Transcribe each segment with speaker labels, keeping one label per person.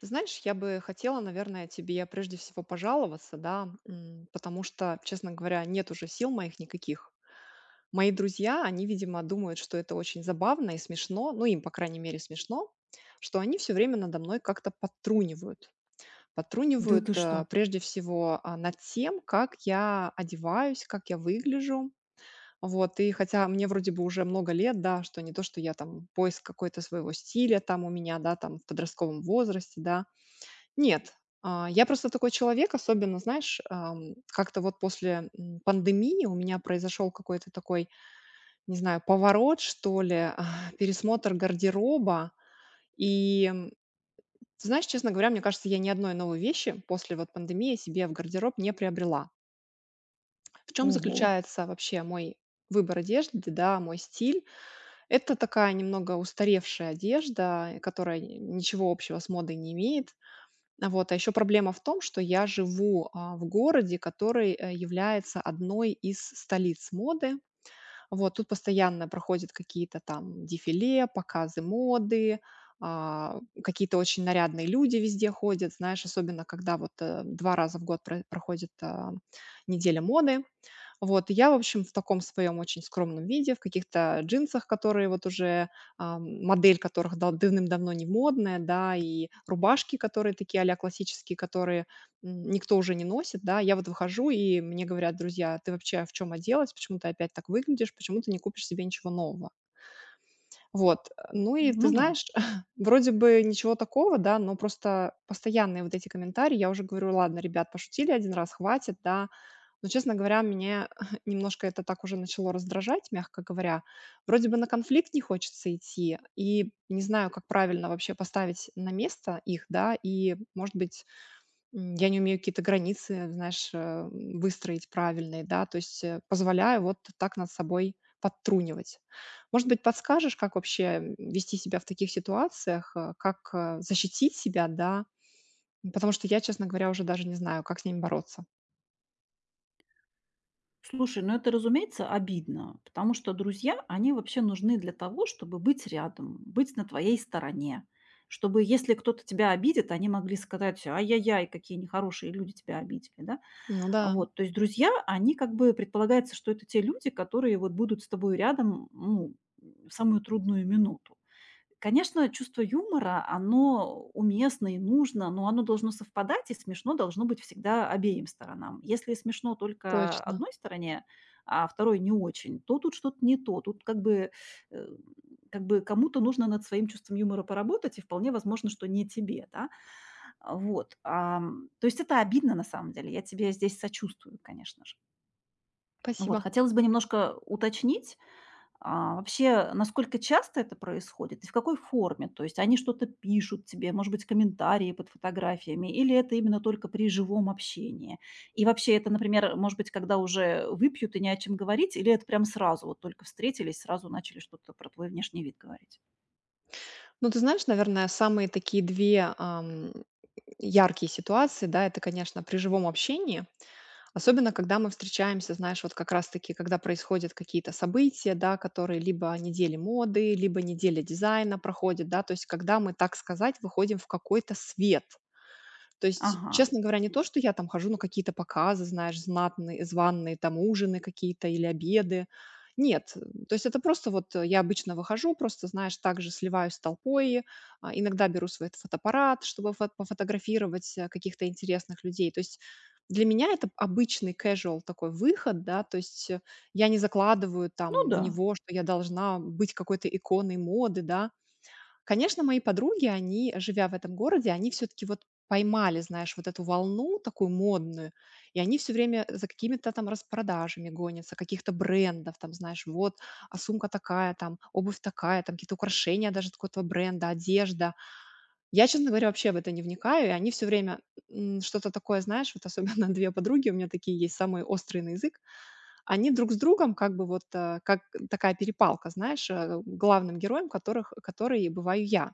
Speaker 1: Ты знаешь, я бы хотела, наверное, тебе прежде всего пожаловаться, да, потому что, честно говоря, нет уже сил моих никаких. Мои друзья, они, видимо, думают, что это очень забавно и смешно, ну, им, по крайней мере, смешно, что они все время надо мной как-то подтрунивают.
Speaker 2: Да ты
Speaker 1: Подтрунивают
Speaker 2: что?
Speaker 1: прежде всего над тем, как я одеваюсь, как я выгляжу. Вот, и хотя мне вроде бы уже много лет, да, что не то, что я там поиск какой-то своего стиля там у меня, да, там в подростковом возрасте, да, нет, я просто такой человек, особенно, знаешь, как-то вот после, пандемии у меня произошел какой-то такой, не знаю, поворот, что ли, пересмотр гардероба. И, ты знаешь, честно говоря, мне кажется, я ни одной новой вещи после вот пандемии себе в гардероб не приобрела. В чем
Speaker 2: Ого.
Speaker 1: заключается вообще мой выбор одежды, да, мой стиль? Это такая немного устаревшая одежда, которая н ничего общего с модой не имеет. А вот, еще проблема в том, что я живу, в городе, который, является одной из столиц моды. Вот, тут постоянно проходят какие-то там дефиле, показы моды, какие-то очень нарядные люди везде ходят, знаешь, особенно когда вот два раза в год проходит неделя моды. Вот, и я, в общем, в таком своем очень скромном виде, в каких-то джинсах, которые вот уже, модель которых давным-давно не модная, да, и рубашки, которые такие классические, которые никто уже не носит, да. Я вот выхожу, и мне говорят друзья: "Ты вообще в чем оделась? Почему ты опять так выглядишь? Почему ты не купишь себе ничего нового?" Вот, ну и ты
Speaker 2: Ну да.
Speaker 1: знаешь, вроде бы ничего такого, да, но просто постоянные вот эти комментарии. Я уже говорю: "Ладно, ребят, пошутили один раз, хватит", да. Но, честно говоря, меня немножко это так уже начало раздражать, мягко говоря. Вроде бы на конфликт не хочется идти, и не знаю, как правильно вообще поставить на место их, да, и, может быть, я не умею какие-то границы, знаешь, выстроить правильные, да, то есть, позволяю вот так над собой подтрунивать. Может быть, подскажешь, как вообще, вести себя в таких ситуациях, как, защитить себя, да? Потому что я, честно говоря, уже даже не знаю, как с ними бороться.
Speaker 2: Слушай, ну это, разумеется, обидно, потому что друзья, они вообще нужны для того, чтобы быть рядом, быть на твоей стороне, чтобы, если кто-то тебя обидит, они могли сказать: "Ай-яй-яй, какие нехорошие люди тебя обидели", да?
Speaker 1: Ну да,
Speaker 2: Вот, то есть друзья, они как бы предполагается, что это те люди, которые вот будут с тобой рядом, ну, в самую трудную минуту. Конечно, чувство юмора, оно уместно и нужно, но оно должно совпадать, и смешно должно быть всегда обеим сторонам. Если смешно только
Speaker 1: точно.
Speaker 2: одной стороне, а второй не очень, то тут что-то не то. Тут как бы, э, как бы кому-то нужно над своим чувством юмора поработать, и вполне возможно, что не тебе, да? Вот. То есть это обидно на самом деле. Я тебе здесь сочувствую, конечно же. Вот.
Speaker 1: Спасибо.
Speaker 2: Хотелось бы немножко уточнить, вообще, насколько часто это происходит и в какой форме? То есть они что-то пишут тебе, может быть, комментарии под фотографиями, или это именно только при живом общении? И вообще это, например, может быть, когда уже выпьют и не о чем говорить, или это прям сразу, вот только встретились, сразу начали что-то про твой внешний вид говорить?
Speaker 1: Ну, ты знаешь, наверное, самые такие 2 яркие ситуации, да, это, конечно, при живом общении. Особенно, когда мы встречаемся, знаешь, вот как раз-таки, когда происходят какие-то события, да, которые либо недели моды, либо неделя дизайна проходят, да, то есть когда мы, так сказать, выходим в какой-то свет. То есть,
Speaker 2: Ага,
Speaker 1: честно говоря, не то, что я там хожу на какие-то показы, знаешь, знатные, званые там ужины какие-то или обеды. Нет, то есть это просто вот я обычно выхожу, просто, знаешь, также сливаюсь с толпой, иногда беру свой фотоаппарат, чтобы пофотографировать каких-то интересных людей. То есть для меня это обычный casual такой выход, да, то есть я не закладываю
Speaker 2: ну
Speaker 1: там в
Speaker 2: да.
Speaker 1: него, что я должна быть какой-то иконой моды, да. Конечно, мои подруги, они, живя в этом городе, они все-таки вот поймали, знаешь, вот эту волну такую модную, и они все время за какими-то там распродажами гонятся, каких-то брендов, там, знаешь, вот, а сумка такая, там, обувь такая, там, какие-то украшения даже какого-то бренда, одежда. Я, честно говоря, вообще в это не вникаю, и они все время что-то такое, знаешь, вот особенно две подруги у меня такие есть, самые острые на язык, они друг с другом как бы вот, как такая перепалка, знаешь, главным героем которых, который бываю я.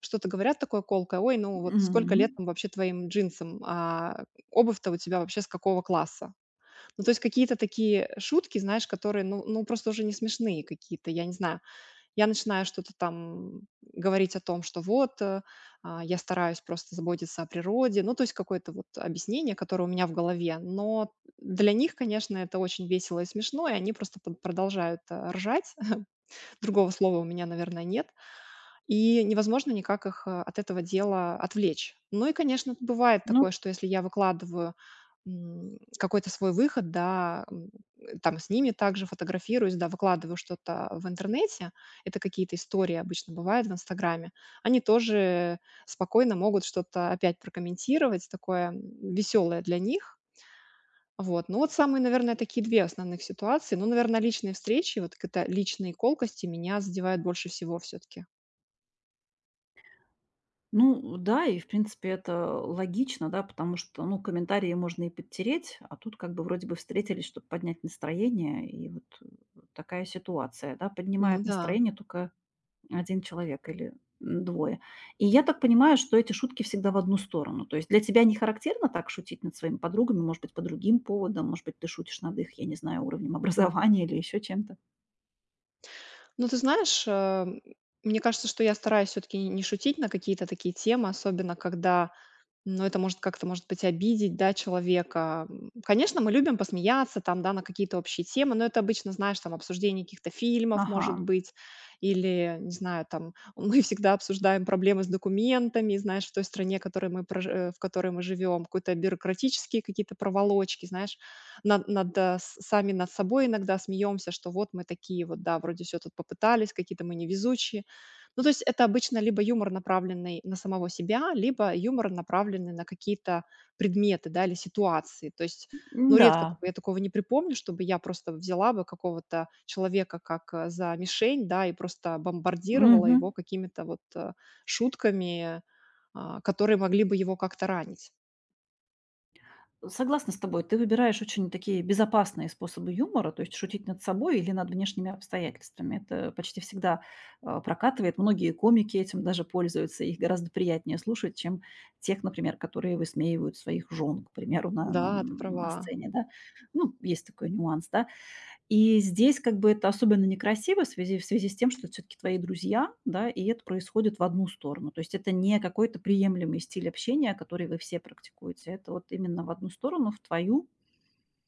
Speaker 1: Что-то говорят такое колкое: "Ой, ну вот сколько
Speaker 2: Мгм.
Speaker 1: лет там вообще твоим джинсам? А обувь-то у тебя вообще с какого класса?" Ну, то есть какие-то такие шутки, знаешь, которые, ну, просто уже не смешные какие-то, я не знаю. Я начинаю что-то там говорить о том, что вот, я стараюсь просто заботиться о природе. Ну, то есть какое-то вот объяснение, которое у меня в голове. Но для них, конечно, это очень весело и смешно, и они просто под продолжают, ржать. Другого слова у меня, наверное, нет. И невозможно никак их, от этого дела отвлечь. Ну и, конечно, бывает
Speaker 2: Ну
Speaker 1: такое, что если я выкладываю, какой-то свой выход, да, там с ними также фотографируюсь, да, выкладываю что-то в интернете. Это какие-то истории обычно бывают в "Инстаграме". Они тоже спокойно могут что-то опять прокомментировать, такое, веселое для них. Вот. Ну вот самые, наверное, такие 2 основных ситуации. Ну, наверное, личные встречи, вот это личные колкости меня задевают больше всего все таки.
Speaker 2: Ну да, и в принципе это логично, да, потому что, ну, комментарии можно и подтереть, а тут как бы вроде бы встретились, чтобы поднять настроение, и вот вот такая ситуация, да,
Speaker 1: Ну
Speaker 2: поднимает
Speaker 1: да.
Speaker 2: настроение только один человек или двое. И я так понимаю, что эти шутки всегда в одну сторону. То есть для тебя не характерно так шутить над своими подругами, может быть, по другим поводам, может быть, ты шутишь над их, я не знаю, уровнем образования или еще чем-то.
Speaker 1: Ну, ты знаешь, мне кажется, что я стараюсь все-таки не шутить на какие-то такие темы, особенно когда но это может как-то, может быть, обидеть, да, человека. Конечно, мы любим посмеяться там, да, на какие-то общие темы, но это обычно, знаешь, там обсуждение каких-то фильмов,
Speaker 2: Ага,
Speaker 1: может быть, или, не знаю, там мы всегда обсуждаем проблемы с документами, знаешь, в той стране, в которой мы в которой мы живем, какие-то бюрократические какие-то проволочки, знаешь, над, сами над собой иногда смеемся, что вот мы такие вот, да, вроде все тут попытались, какие-то мы невезучие, ну, то есть это обычно либо юмор, направленный на самого себя, либо юмор, направленный на какие-то предметы, да, или ситуации. То есть, ну, редко
Speaker 2: да.
Speaker 1: я такого не припомню, чтобы я просто взяла бы какого-то человека как за мишень, да, и просто бомбардировала его какими-то вот шутками, которые могли бы его как-то ранить.
Speaker 2: Согласна с тобой. Ты выбираешь очень такие безопасные способы юмора, то есть шутить над собой или над внешними обстоятельствами. Это почти всегда прокатывает. Многие комики этим даже пользуются. Их гораздо приятнее слушать, чем тех, например, которые высмеивают своих жен, к примеру, на,
Speaker 1: Да,
Speaker 2: на,
Speaker 1: ты
Speaker 2: на
Speaker 1: права.
Speaker 2: сцене. Да? Ну, есть такой нюанс. Да? И здесь как бы это особенно некрасиво в связи с тем, что это всё-таки твои друзья, да, и это происходит в одну сторону. То есть это не какой-то приемлемый стиль общения, который вы все практикуете. Это вот именно в одну сторону, в твою,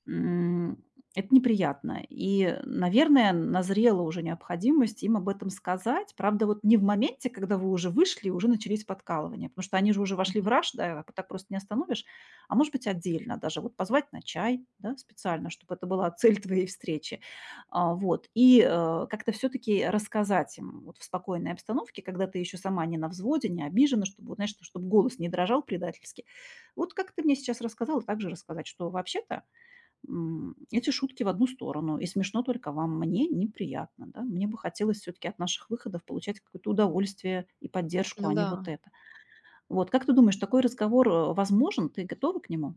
Speaker 2: М, это неприятно. И, наверное, назрела уже необходимость им об этом сказать. Правда, вот не в моменте, когда вы уже вышли и уже начались подкалывания, потому что они же уже вошли в
Speaker 1: Мгм.
Speaker 2: раж, да, а так просто не остановишь. А может быть, отдельно даже вот позвать на чай, да, специально, чтобы это была цель твоей встречи. А, вот. И как-то все-таки рассказать им вот в спокойной обстановке, когда ты еще сама не на взводе, не обижена, чтобы, вот, знаешь, чтобы голос не дрожал предательски. Вот как ты мне сейчас рассказала, также рассказать, что вообще-то эти шутки в одну сторону, и смешно только вам, мне неприятно, да. Мне бы хотелось все-таки от наших выходов получать какое-то удовольствие и поддержку,
Speaker 1: Ну
Speaker 2: а не
Speaker 1: да.
Speaker 2: вот это. Вот как ты думаешь, такой разговор, возможен? Ты готова к нему?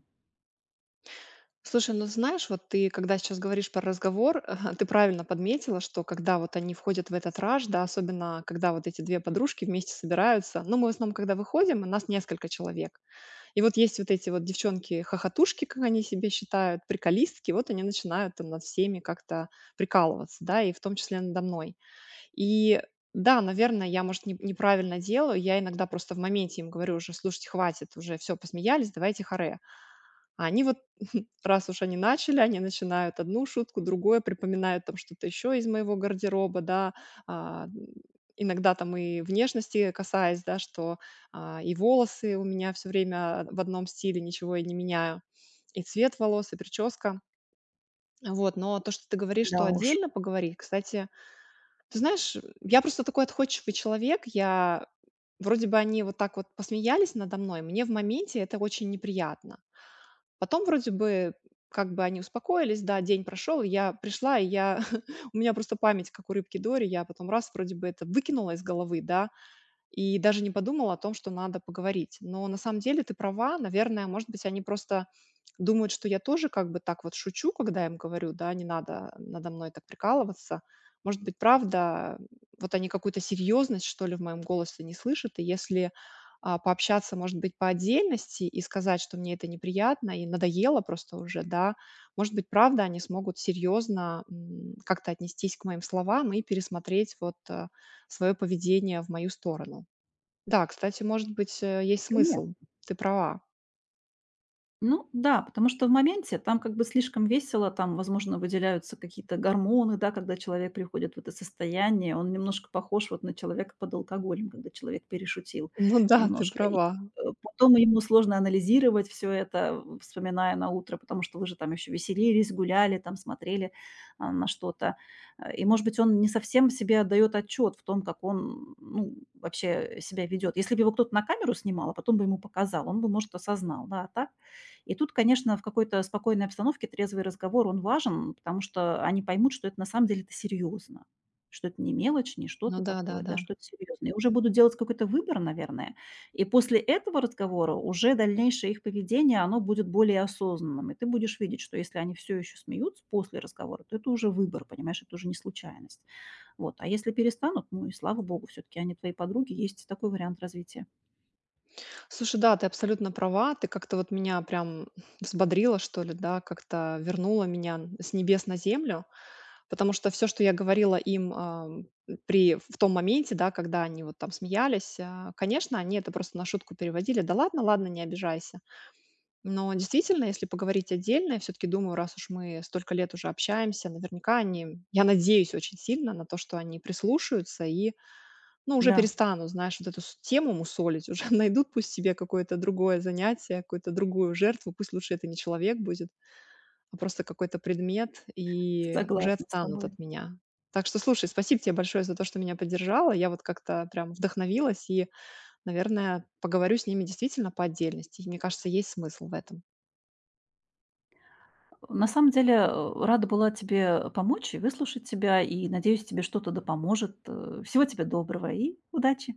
Speaker 1: Слушай, ну знаешь, вот ты, когда сейчас говоришь про разговор, ты правильно подметила, что когда вот они входят в этот раж, да, особенно когда вот эти две подружки вместе собираются, ну, мы в основном, когда выходим, у нас несколько человек. И вот есть вот эти вот девчонки-хохотушки, как они себе считают, приколистки, вот они начинают там над всеми как-то прикалываться, да, и в том числе надо мной. И да, наверное, я, может, неправильно делаю. Я иногда просто в моменте им говорю уже, слушайте, хватит, уже все, посмеялись, давайте харе. А они вот, раз уж они начали, они начинают одну шутку, другое, припоминают там что-то еще из моего гардероба, да. А, м, иногда там и внешности касаясь, да, что, и волосы у меня все время в одном стиле, ничего я не меняю, и цвет волос, и прическа. Вот, но то, что ты говоришь,
Speaker 2: Да
Speaker 1: что
Speaker 2: уж,
Speaker 1: отдельно поговорить, кстати, ты знаешь, я просто такой отходчивый человек, я вроде бы они вот так вот посмеялись надо мной, мне в моменте это очень неприятно. Потом вроде бы как бы они успокоились, да, день прошел, и я пришла, и я у меня просто память, как у рыбки Дори, я потом раз вроде бы это выкинула из головы, да, и даже не подумала о том, что надо поговорить. Но на самом деле ты права, наверное, может быть, они просто думают, что я тоже как бы так вот шучу, когда им говорю, да, не надо надо мной так прикалываться. Может быть, правда, вот они какую-то серьезность, что ли, в моем голосе не слышат, и если пообщаться, может быть, по отдельности и сказать, что мне это неприятно и надоело просто уже, да, может быть, правда, они смогут серьезно как-то отнестись к моим словам и пересмотреть вот свое поведение в мою сторону. Да, кстати, может быть, есть
Speaker 2: коне
Speaker 1: смысл. Ты права.
Speaker 2: ну да, потому что в моменте там как бы слишком весело, там, возможно, выделяются какие-то гормоны, да, когда человек приходит в это состояние, он немножко похож вот на человека под алкоголем, когда человек перешутил
Speaker 1: Ну да, ты
Speaker 2: немножко. И,
Speaker 1: права.
Speaker 2: потом ему сложно анализировать все это, в вспоминая на утро, потому что вы же там еще веселились, гуляли, там смотрели, на что-то. А, и, может быть, он не совсем себе отдает отчет в том, как он, ну, вообще себя ведет. Если бы его кто-то на камеру снимал, а потом бы ему показал, он бы, может, осознал, да. А так и тут, конечно, в какой-то спокойной обстановке трезвый разговор, он важен, потому что они поймут, что это на самом деле это серьезно, что это не мелочь, не что-то
Speaker 1: Ну да, да,
Speaker 2: такое, да,
Speaker 1: да.
Speaker 2: что это серьезно. И уже будут делать какой-то выбор, наверное. И после этого разговора уже дальнейшее их поведение, оно будет более осознанным. И ты будешь видеть, что если они все еще смеются после разговора, то это уже выбор, понимаешь, это уже не случайность. Вот. А если перестанут, ну и слава богу, все-таки они твои подруги, есть такой вариант развития.
Speaker 1: Слушай, да, ты абсолютно права. Ты как-то вот меня прям взбодрила, что ли, да, как-то вернула меня с небес на землю, потому что все, что я говорила им в том моменте, да, когда они вот там смеялись, конечно, они это просто на шутку переводили. Да ладно, ладно, не обижайся. Но действительно, если поговорить отдельно, я все-таки думаю, раз уж мы столько лет уже общаемся, наверняка они, я надеюсь очень сильно на то, что они прислушаются и, ну, уже
Speaker 2: Да,
Speaker 1: перестанут, знаешь, вот эту тему мусолить, уже найдут пусть себе какое-то другое занятие, какую-то другую жертву, пусть лучше это не человек будет, а просто какой-то предмет, и уже
Speaker 2: согласна с
Speaker 1: отстанут
Speaker 2: тобой.
Speaker 1: от меня. Так что, слушай, спасибо тебе большое за то, что меня поддержала. Я вот как-то прям вдохновилась и, наверное, поговорю с ними действительно по отдельности. И мне кажется, есть смысл в этом.
Speaker 2: На самом деле, рада была тебе помочь и выслушать тебя, и надеюсь, тебе что-то да поможет. Всего тебе доброго и удачи!